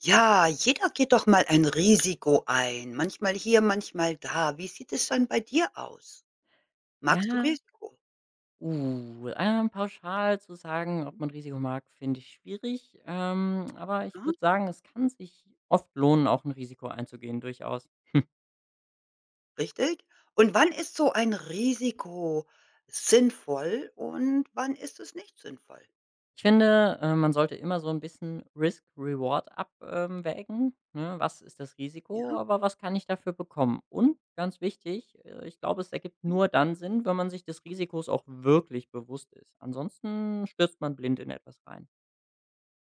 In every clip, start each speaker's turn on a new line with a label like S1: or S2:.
S1: Ja, jeder geht doch mal ein Risiko ein. Manchmal hier, manchmal da. Wie sieht es dann bei dir aus? Magst du
S2: Ja,
S1: Risiko?
S2: pauschal zu sagen, ob
S1: Mhm,
S2: man Risiko mag, finde ich schwierig. Aber ich
S1: mhm,
S2: würde sagen, es kann sich oft lohnen, auch ein Risiko einzugehen, durchaus.
S1: richtig. Und wann ist so ein Risiko sinnvoll und wann ist es nicht sinnvoll?
S2: Ich finde, man sollte immer so ein bisschen Risk-Reward abwägen, ne? Was ist das Risiko,
S1: Ja?
S2: aber was kann ich dafür bekommen? Und ganz wichtig, ich glaube, es ergibt nur dann Sinn, wenn man sich des Risikos auch wirklich bewusst ist. Ansonsten stürzt man blind in etwas rein.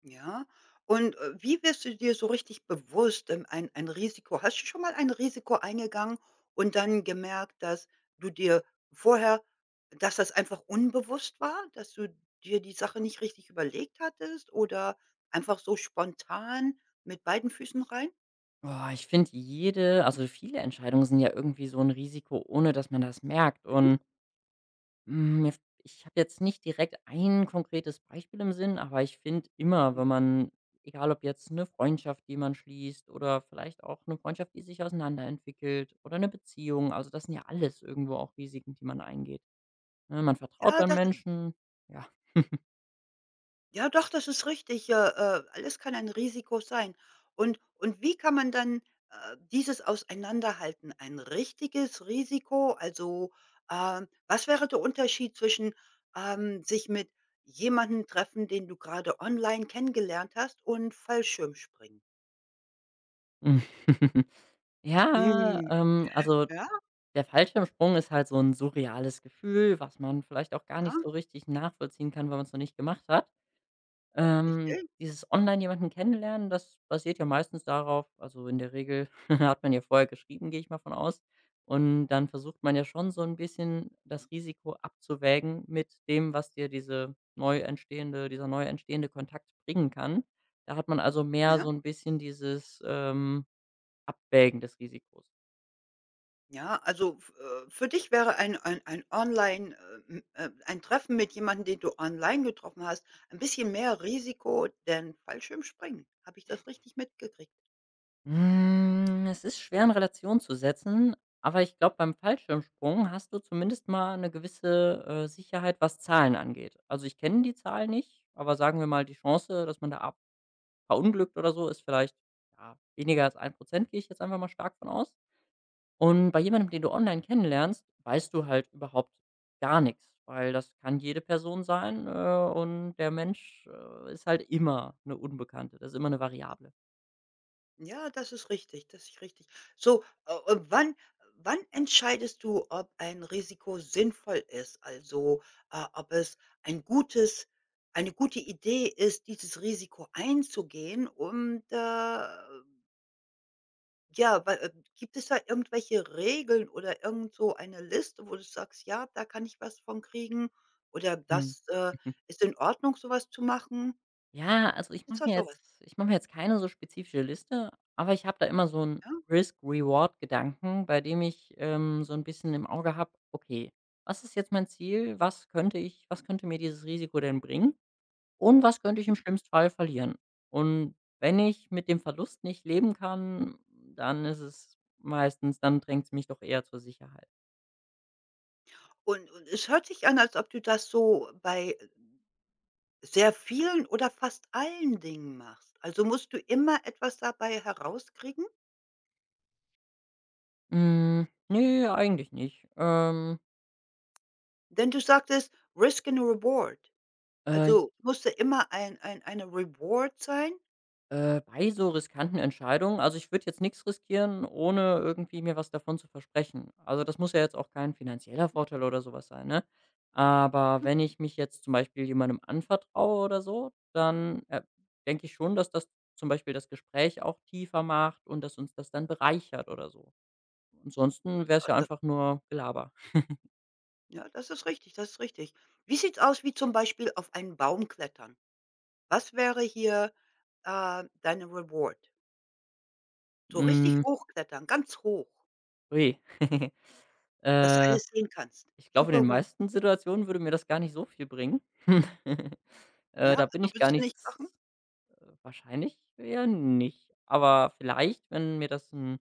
S1: Ja. Und, wie wirst du dir so richtig bewusst, ein Risiko hast du schon mal ein Risiko eingegangen und dann gemerkt, dass du dir vorher dass das einfach unbewusst war, dass du dir die Sache nicht richtig überlegt hattest oder einfach so spontan mit beiden Füßen rein?
S2: Boah, ich finde jede, also viele Entscheidungen sind ja irgendwie so ein Risiko, ohne dass man das merkt.
S1: Mhm.
S2: Und, hm, mir f ich habe jetzt nicht direkt ein konkretes Beispiel im Sinn, aber ich finde immer,
S1: Mhm.
S2: wenn man egal ob jetzt eine Freundschaft, die man schließt oder vielleicht auch eine Freundschaft, die sich auseinanderentwickelt oder eine Beziehung. Also, das sind ja alles irgendwo auch Risiken, die man eingeht, ne? Man vertraut
S1: Ja,
S2: dann
S1: das
S2: Menschen, ja.
S1: ja, doch, das ist richtig. Alles kann ein Risiko sein. Und wie kann man dann, dieses auseinanderhalten? Ein richtiges Risiko? Also, was wäre der Unterschied zwischen, sich mit jemandem treffen, den du gerade online kennengelernt hast und Fallschirmspringen?
S2: Mm. Ja,
S1: Mhm.
S2: also.
S1: Ja.
S2: Der Fallschirmsprung ist halt so ein surreales Gefühl, was man vielleicht auch gar
S1: Ja,
S2: nicht so richtig nachvollziehen kann, weil man es noch nicht gemacht hat.
S1: richtig,
S2: Dieses online jemanden kennenlernen, das basiert ja meistens darauf, also in der Regel hat man ja vorher geschrieben, gehe ich mal von aus. Und dann versucht man ja schon so ein bisschen das Risiko abzuwägen mit dem, was dir dieser neu entstehende Kontakt bringen kann. Da hat man also mehr so
S1: ja.
S2: ein bisschen dieses, Abwägen des Risikos.
S1: Ja, also f für dich wäre ein Online ein Treffen mit jemandem, den du online getroffen hast, ein bisschen mehr Risiko, denn Fallschirmspringen. Habe ich das richtig mitgekriegt?
S2: Hm, es ist schwer in Relation zu setzen, aber ich glaube, beim Fallschirmsprung hast du zumindest mal eine gewisse, Sicherheit, was Zahlen angeht. Also, ich kenne die Zahl nicht, aber sagen wir mal, die Chance, dass man da ab verunglückt oder so, ist vielleicht, ja, weniger als 1%, gehe ich jetzt einfach mal stark von aus. Und bei jemandem, den du online kennenlernst, weißt du halt überhaupt gar nichts, weil das kann jede Person sein, und der Mensch, ist halt immer eine Unbekannte. Das ist immer eine Variable.
S1: Ja, das ist richtig, das ist richtig. So, und wann entscheidest du, ob ein Risiko sinnvoll ist? Also, ob es ein gutes eine gute Idee ist, dieses Risiko einzugehen und, ja, weil, gibt es da irgendwelche Regeln oder irgend so eine Liste, wo du sagst: „Ja, da kann ich was von kriegen“ oder
S2: Mhm.
S1: „das, ist in Ordnung, sowas zu machen?“
S2: Ja, also ich mache
S1: Ist da
S2: mir
S1: so
S2: jetzt
S1: was,
S2: ich mache mir jetzt keine so spezifische Liste, aber ich habe da immer so 'n
S1: ja?
S2: Risk-Reward-Gedanken, bei dem ich, so ein bisschen im Auge habe: „Okay, was ist jetzt mein Ziel? Was könnte mir dieses Risiko denn bringen und was könnte ich im schlimmsten Fall verlieren?“ Und wenn ich mit dem Verlust nicht leben kann, dann ist es meistens — dann drängt es mich doch eher zur Sicherheit.
S1: Und es hört sich an, als ob du das so bei sehr vielen oder fast allen Dingen machst. Also, musst du immer etwas dabei herauskriegen?
S2: Hm, ne, eigentlich nicht.
S1: Denn du sagtest: „Risk and Reward“.
S2: Äh
S1: Also, musste immer ein eine Reward sein?
S2: Bei so riskanten Entscheidungen, also ich würde jetzt nichts riskieren, ohne irgendwie mir was davon zu versprechen. Also, das muss ja jetzt auch kein finanzieller Vorteil oder sowas sein, ne? Aber
S1: Hm,
S2: wenn ich mich jetzt zum Beispiel jemandem anvertraue oder so, dann, denke ich schon, dass das zum Beispiel das Gespräch auch tiefer macht und dass uns das dann bereichert oder so. Ansonsten wäre es ja
S1: ja,
S2: einfach nur Gelaber.
S1: ja, das ist richtig, das ist richtig. Wie sieht's aus wie zum Beispiel auf einen Baum klettern? Was wäre hier, deine Reward? So
S2: Hm,
S1: richtig hochklettern, ganz hoch,
S2: ui.
S1: dass du
S2: Äh,
S1: alles sehen kannst.
S2: Ich glaube, in
S1: Super
S2: den
S1: gut.
S2: meisten Situationen würde mir das gar nicht so viel bringen.
S1: Ja,
S2: Da bin
S1: also
S2: ich gar
S1: willst du
S2: nicht —
S1: nicht machen?
S2: wahrscheinlich eher nicht. Aber vielleicht, wenn mir das ein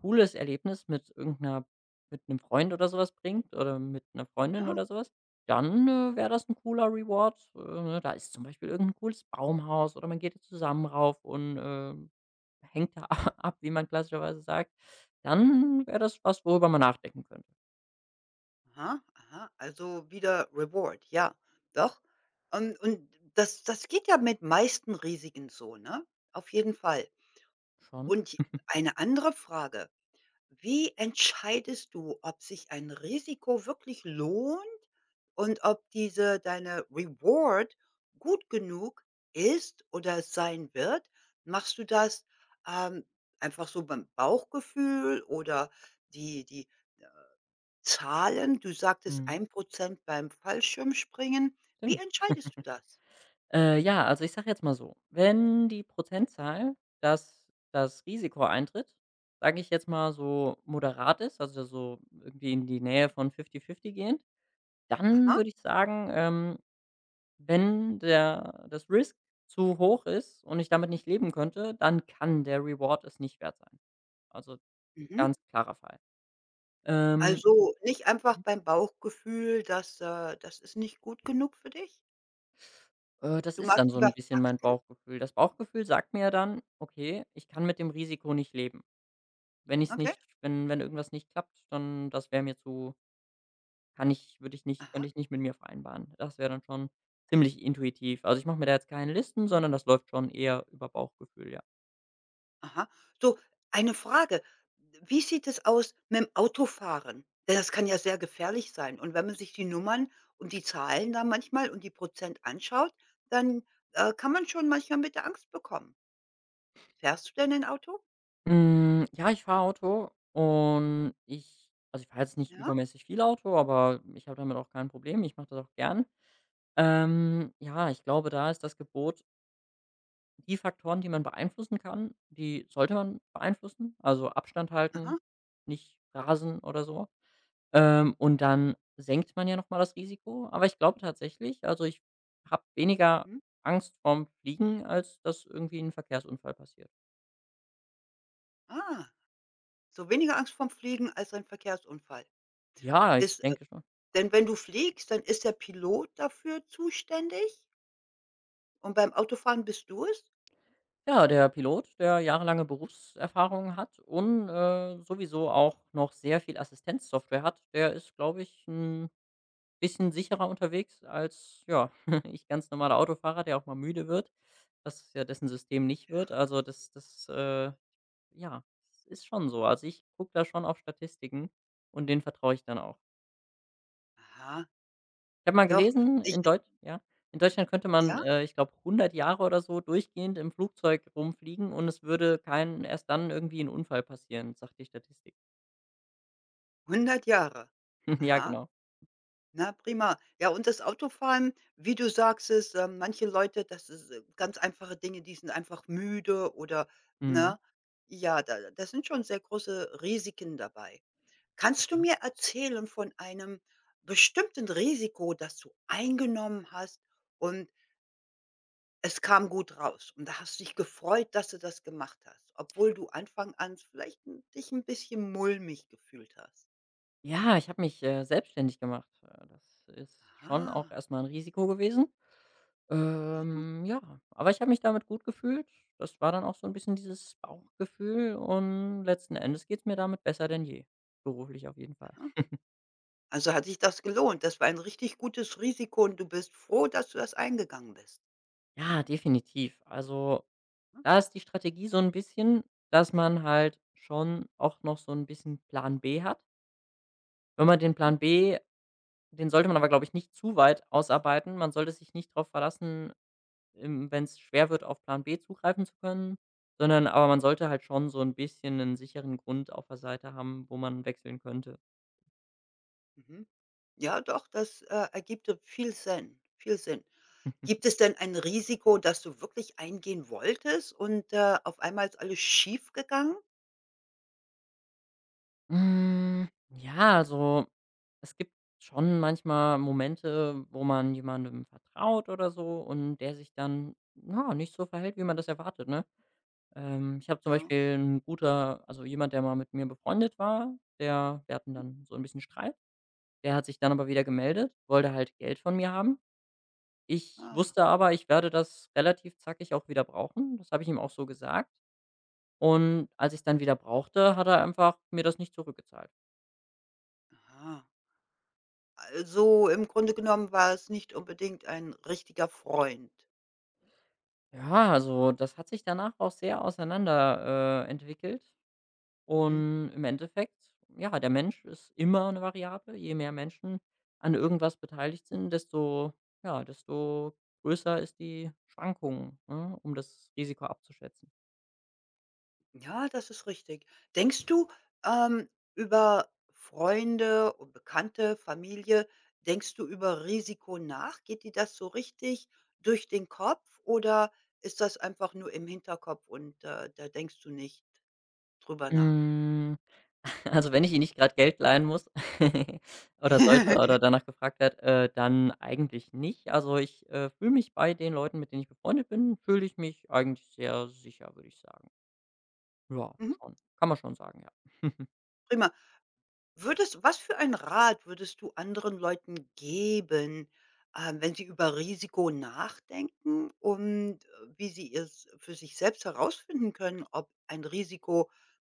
S2: cooles Erlebnis mit mit einem Freund oder sowas bringt oder mit einer Freundin
S1: Ja?
S2: oder sowas, dann, wäre das ein cooler Reward. Ne, da ist zum Beispiel irgendein cooles Baumhaus oder man geht zusammen rauf und, hängt da ab, wie man klassischerweise sagt. Dann wäre das was, worüber man nachdenken könnte.
S1: Aha, aha. Also wieder Reward, ja, doch. Und das geht ja mit meisten Risiken so, ne? Auf jeden Fall.
S2: Schon.
S1: Und eine andere Frage. Wie entscheidest du, ob sich ein Risiko wirklich lohnt und ob diese deine Reward gut genug ist oder es sein wird? Machst du das, ähm, einfach so beim Bauchgefühl oder die Zahlen? Du sagtest
S2: Mhm.
S1: 1 Prozent beim Fallschirmspringen. Wie
S2: Stimmt.
S1: entscheidest du das?
S2: Ja, also ich sage jetzt mal so, wenn die Prozentzahl, dass das Risiko eintritt, sage ich jetzt mal so moderat ist, also so irgendwie in die Nähe von 50-50 gehend, dann
S1: Aha,
S2: würde ich sagen, wenn das Risk zu hoch ist und ich damit nicht leben könnte, dann kann der Reward es nicht wert sein. Also
S1: mhm.
S2: ganz klarer Fall. Ähm,
S1: Also, nicht einfach
S2: Mhm.
S1: beim Bauchgefühl, das ist nicht gut genug für dich?
S2: Das
S1: Du
S2: ist dann
S1: magst
S2: so ein
S1: lieber
S2: bisschen mein
S1: Fakten?
S2: Bauchgefühl. Das Bauchgefühl sagt mir dann, okay, ich kann mit dem Risiko nicht leben. Wenn ich's
S1: Okay.
S2: nicht wenn wenn irgendwas nicht klappt, dann — das wäre mir zu — kann ich würde ich nicht
S1: Aha,
S2: könnte ich nicht mit mir vereinbaren. Das wäre dann schon ziemlich intuitiv. Also, ich mache mir da jetzt keine Listen, sondern das läuft schon eher über Bauchgefühl, ja.
S1: aha. So, eine Frage. Wie sieht es aus mit'm Autofahren? Denn das kann ja sehr gefährlich sein. Und wenn man sich die Nummern und die Zahlen da manchmal und die Prozent anschaut, dann, kann man schon manchmal mit der Angst bekommen. Fährst du denn ein Auto?
S2: Hm, ja, ich fahre Auto und ich also, ich fahre jetzt nicht
S1: Ja?
S2: übermäßig viel Auto, aber ich habe damit auch kein Problem. Ich mache das auch gern. Ja, ich glaube, da ist das Gebot die Faktoren, die man beeinflussen kann, die sollte man beeinflussen, also Abstand halten,
S1: Aha.
S2: nicht rasen oder so. Und dann senkt man ja noch mal das Risiko. Aber ich glaube tatsächlich, also ich habe weniger
S1: Mhm.
S2: Angst vorm Fliegen, als dass irgendwie ein Verkehrsunfall passiert.
S1: Ah, so weniger Angst vom Fliegen als ein Verkehrsunfall.
S2: Ja, ich
S1: Ist
S2: denke schon.
S1: denn wenn du fliegst, dann ist der Pilot dafür zuständig und beim Autofahren bist du es?
S2: Ja, der Pilot, der jahrelange Berufserfahrung hat und, sowieso auch noch sehr viel Assistenzsoftware hat, der ist, glaube ich, ein bisschen sicherer unterwegs als, ja, ich ganz normaler Autofahrer, der auch mal müde wird, was ja dessen System nicht
S1: Ja.
S2: wird. Also, Ja, es ist schon so. Also, ich gucke da schon auf Statistiken und denen vertraue ich dann auch.
S1: Aha,
S2: Ich habe mal
S1: doch.
S2: gelesen,
S1: Ich
S2: in Deutschland könnte man,
S1: ja?
S2: ich glaube, 100 Jahre oder so durchgehend im Flugzeug rumfliegen und es würde kein erst dann irgendwie ein Unfall passieren, sagt die Statistik.
S1: 100 Jahre.
S2: Ja,
S1: Aha,
S2: genau.
S1: na prima. Ja, und das Autofahren, wie du sagst es, manche Leute, das ist, ganz einfache Dinge, die sind einfach müde oder
S2: Mhm.
S1: ne? Ja, da sind schon sehr große Risiken dabei. Kannst du
S2: Ja.
S1: mir erzählen von einem bestimmten Risiko, das du eingenommen hast und es kam gut raus und da hast du dich gefreut, dass du das gemacht hast, obwohl du Anfang an vielleicht 'n dich ein bisschen mulmig gefühlt hast?
S2: Ja, ich habe mich, selbstständig gemacht. Das ist schon auch
S1: Aha,
S2: erstmal ein Risiko gewesen.
S1: ja,
S2: Ja, aber ich habe mich damit gut gefühlt. Das war dann auch so ein bisschen dieses Bauchgefühl und letzten Endes geht's mir damit besser denn je, beruflich auf jeden Fall.
S1: ja. Also, hat sich das gelohnt. Das war ein richtig gutes Risiko und du bist froh, dass du das eingegangen bist,
S2: Ja, definitiv. Also,
S1: ne?
S2: da ist die Strategie so ein bisschen, dass man halt schon auch noch so ein bisschen Plan B hat. Wenn man den
S1: Mhm.
S2: Plan B — den sollte man aber, glaube ich, nicht zu weit ausarbeiten. Man sollte sich nicht darauf verlassen, wenn es schwer wird, auf Plan B zugreifen zu können, sondern aber man sollte halt schon so ein bisschen einen sicheren Grund auf der Seite haben, wo man wechseln könnte.
S1: Mhm. Ja, doch, das, ergibt, viel Sinn, viel Sinn. Gibt es denn ein Risiko, das du wirklich eingehen wolltest und, auf einmal ist alles schiefgegangen?
S2: Hm, ja, also es gibt schon manchmal Momente, wo man jemandem vertraut oder so und der sich dann, ja, nicht so verhält, wie man das erwartet, ne? Ich habe zum
S1: Ja.
S2: Beispiel 'n guter also, jemand, der mal mit mir befreundet war, der wir hatten dann so ein bisschen Streit. Der hat sich dann aber wieder gemeldet, wollte halt Geld von mir haben. Ich
S1: Ah,
S2: wusste aber, ich werde das relativ zackig auch wieder brauchen. Das habe ich ihm auch so gesagt. Und als ich es dann wieder brauchte, hat er einfach mir das nicht zurückgezahlt.
S1: aha. Also, im Grunde genommen war es nicht unbedingt ein richtiger Freund.
S2: Ja, also das hat sich danach auch sehr auseinander, entwickelt.
S1: Mhm.
S2: Und im Endeffekt, ja, der Mensch ist immer eine Variable. Je mehr Menschen an irgendwas beteiligt sind, desto größer ist die Schwankung, ne, um das Risiko abzuschätzen.
S1: Ja, das ist richtig. Denkst du, ähm, über Freunde und Bekannte, Familie denkst du über Risiko nach? Geht dir das so richtig durch den Kopf oder ist das einfach nur im Hinterkopf und, da denkst du nicht drüber nach?
S2: Hm. Also, wenn ich ihr nicht gerade Geld leihen muss oder sollte oder danach gefragt werde, dann eigentlich nicht. Also, ich, fühle mich bei den Leuten, mit denen ich befreundet bin, fühle ich mich eigentlich sehr sicher, würde ich sagen. Ja,
S1: Mhm,
S2: schon. Kann man schon sagen, ja.
S1: prima. Würdest was für einen Rat würdest du anderen Leuten geben, wenn sie über Risiko nachdenken und, wie sie es für sich selbst herausfinden können, ob ein Risiko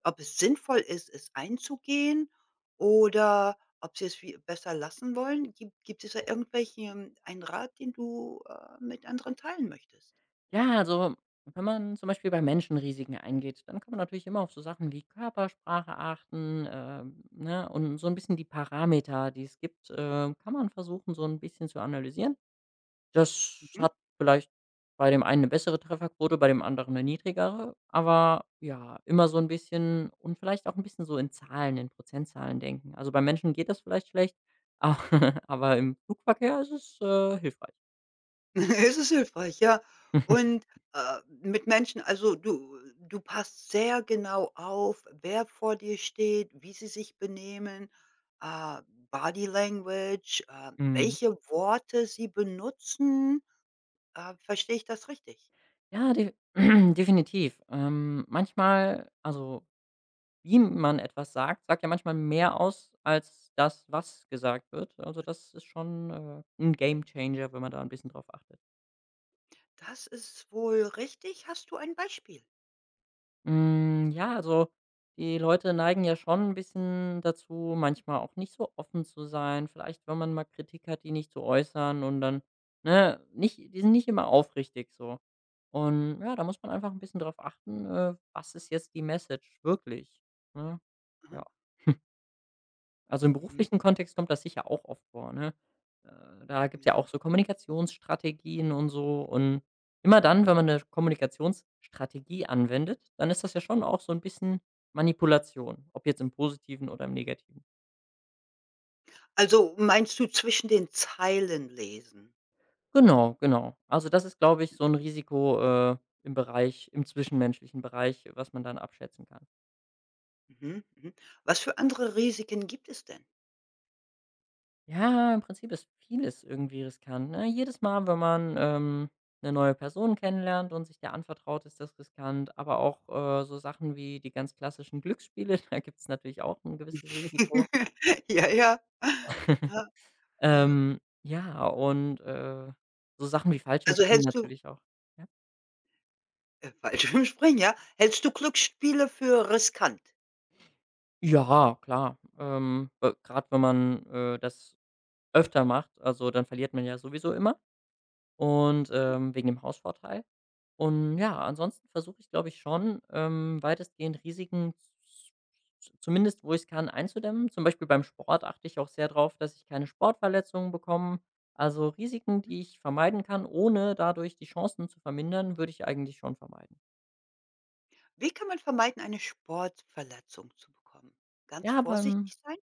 S1: ob es sinnvoll ist, es einzugehen oder ob sie es wie besser lassen wollen? Gibt es da irgendwelchen einen Rat, den du, mit anderen teilen möchtest?
S2: Ja, also wenn man zum Beispiel bei Menschen Risiken eingeht, dann kann man natürlich immer auf so Sachen wie Körpersprache achten, ne, und so ein bisschen die Parameter, die es gibt, kann man versuchen, so ein bisschen zu analysieren. Das hat
S1: Mhm.
S2: vielleicht bei dem einen eine bessere Trefferquote, bei dem anderen eine niedrigere, aber ja, immer so ein bisschen und vielleicht auch ein bisschen so in Zahlen, in Prozentzahlen denken. Also, bei Menschen geht das vielleicht schlecht, a aber im Flugverkehr ist es, hilfreich.
S1: Es ist hilfreich, ja. Und, mit Menschen also, du passt sehr genau auf, wer vor dir steht, wie sie sich benehmen, äh, Body Language,
S2: Mhm.
S1: welche Worte sie benutzen. Verstehe ich das richtig?
S2: Ja, de definitiv. Manchmal, also wie man etwas sagt, sagt ja manchmal mehr aus als das, was gesagt wird. Also, das ist schon, 'n Gamechanger, wenn man da ein bisschen drauf achtet.
S1: Das ist wohl richtig. Hast du ein Beispiel?
S2: Hm, ja, also die Leute neigen ja schon ein bisschen dazu, manchmal auch nicht so offen zu sein. Vielleicht, wenn man mal Kritik hat, die nicht zu äußern und dann, ne, nicht die sind nicht immer aufrichtig so. Und ja, da muss man einfach ein bisschen drauf achten, was ist jetzt die Message wirklich, ne?
S1: Aha,
S2: Ja. Also, im
S1: mhm,
S2: beruflichen Kontext kommt das sicher auch oft vor, ne? Da gibt's ja
S1: ja.
S2: auch so Kommunikationsstrategien und so. Und immer dann, wenn man eine Kommunikationsstrategie anwendet, dann ist das ja schon auch so ein bisschen Manipulation, ob jetzt im Positiven oder im Negativen.
S1: Also, meinst du zwischen den Zeilen lesen?
S2: Genau, genau. Also, das ist, glaube ich, so ein Risiko, im zwischenmenschlichen Bereich, was man dann abschätzen kann.
S1: Mhm, mhm. Was für andere Risiken gibt es denn?
S2: Ja, im Prinzip ist vieles irgendwie riskant, ne? Jedes Mal, wenn man, 'ne neue Person kennenlernt und sich der anvertraut, ist das riskant. Aber auch, so Sachen wie die ganz klassischen Glücksspiele, da gibt es natürlich auch ein gewisses Risiko.
S1: Ja, ja. Ja, ja.
S2: Ja, und, so Sachen wie
S1: Also,
S2: Fallschirmspringen
S1: hältst du
S2: natürlich auch. Ja?
S1: Fallschirmspringen, ja. Hältst du Glücksspiele für riskant?
S2: Ja, klar. Wenn man, das öfter macht, also dann verliert man ja sowieso immer und, wegen dem Hausvorteil. Und ja, ansonsten versuche ich, glaube ich, schon, weitestgehend Risiken z z zumindest, wo ich's kann, einzudämmen. Zum Beispiel beim Sport achte ich auch sehr darauf, dass ich keine Sportverletzungen bekomme. Also, Risiken,
S1: Hm.
S2: die ich vermeiden kann, ohne dadurch die Chancen zu vermindern, würde ich eigentlich schon vermeiden.
S1: Wie kann man vermeiden, eine Sportverletzung zu bekommen? Ganz
S2: Ja, beim —
S1: vorsichtig sein?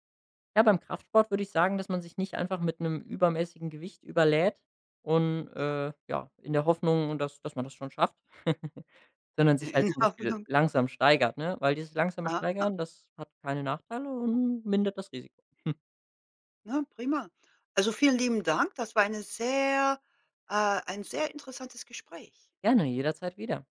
S2: ja, beim Kraftsport würde ich sagen, dass man sich nicht einfach mit einem übermäßigen Gewicht überlädt und,
S1: Ja,
S2: ja, in der Hoffnung, dass man das schon schafft. Sondern sich halt
S1: in
S2: zum Beispiel
S1: Ordnung.
S2: langsam steigert, ne? Weil dieses langsame
S1: Ah, ah,
S2: Steigern, das hat keine Nachteile und mindert das Risiko.
S1: ne, prima. Also, vielen lieben Dank. Das war eine sehr ein sehr interessantes Gespräch.
S2: Gerne, jederzeit wieder.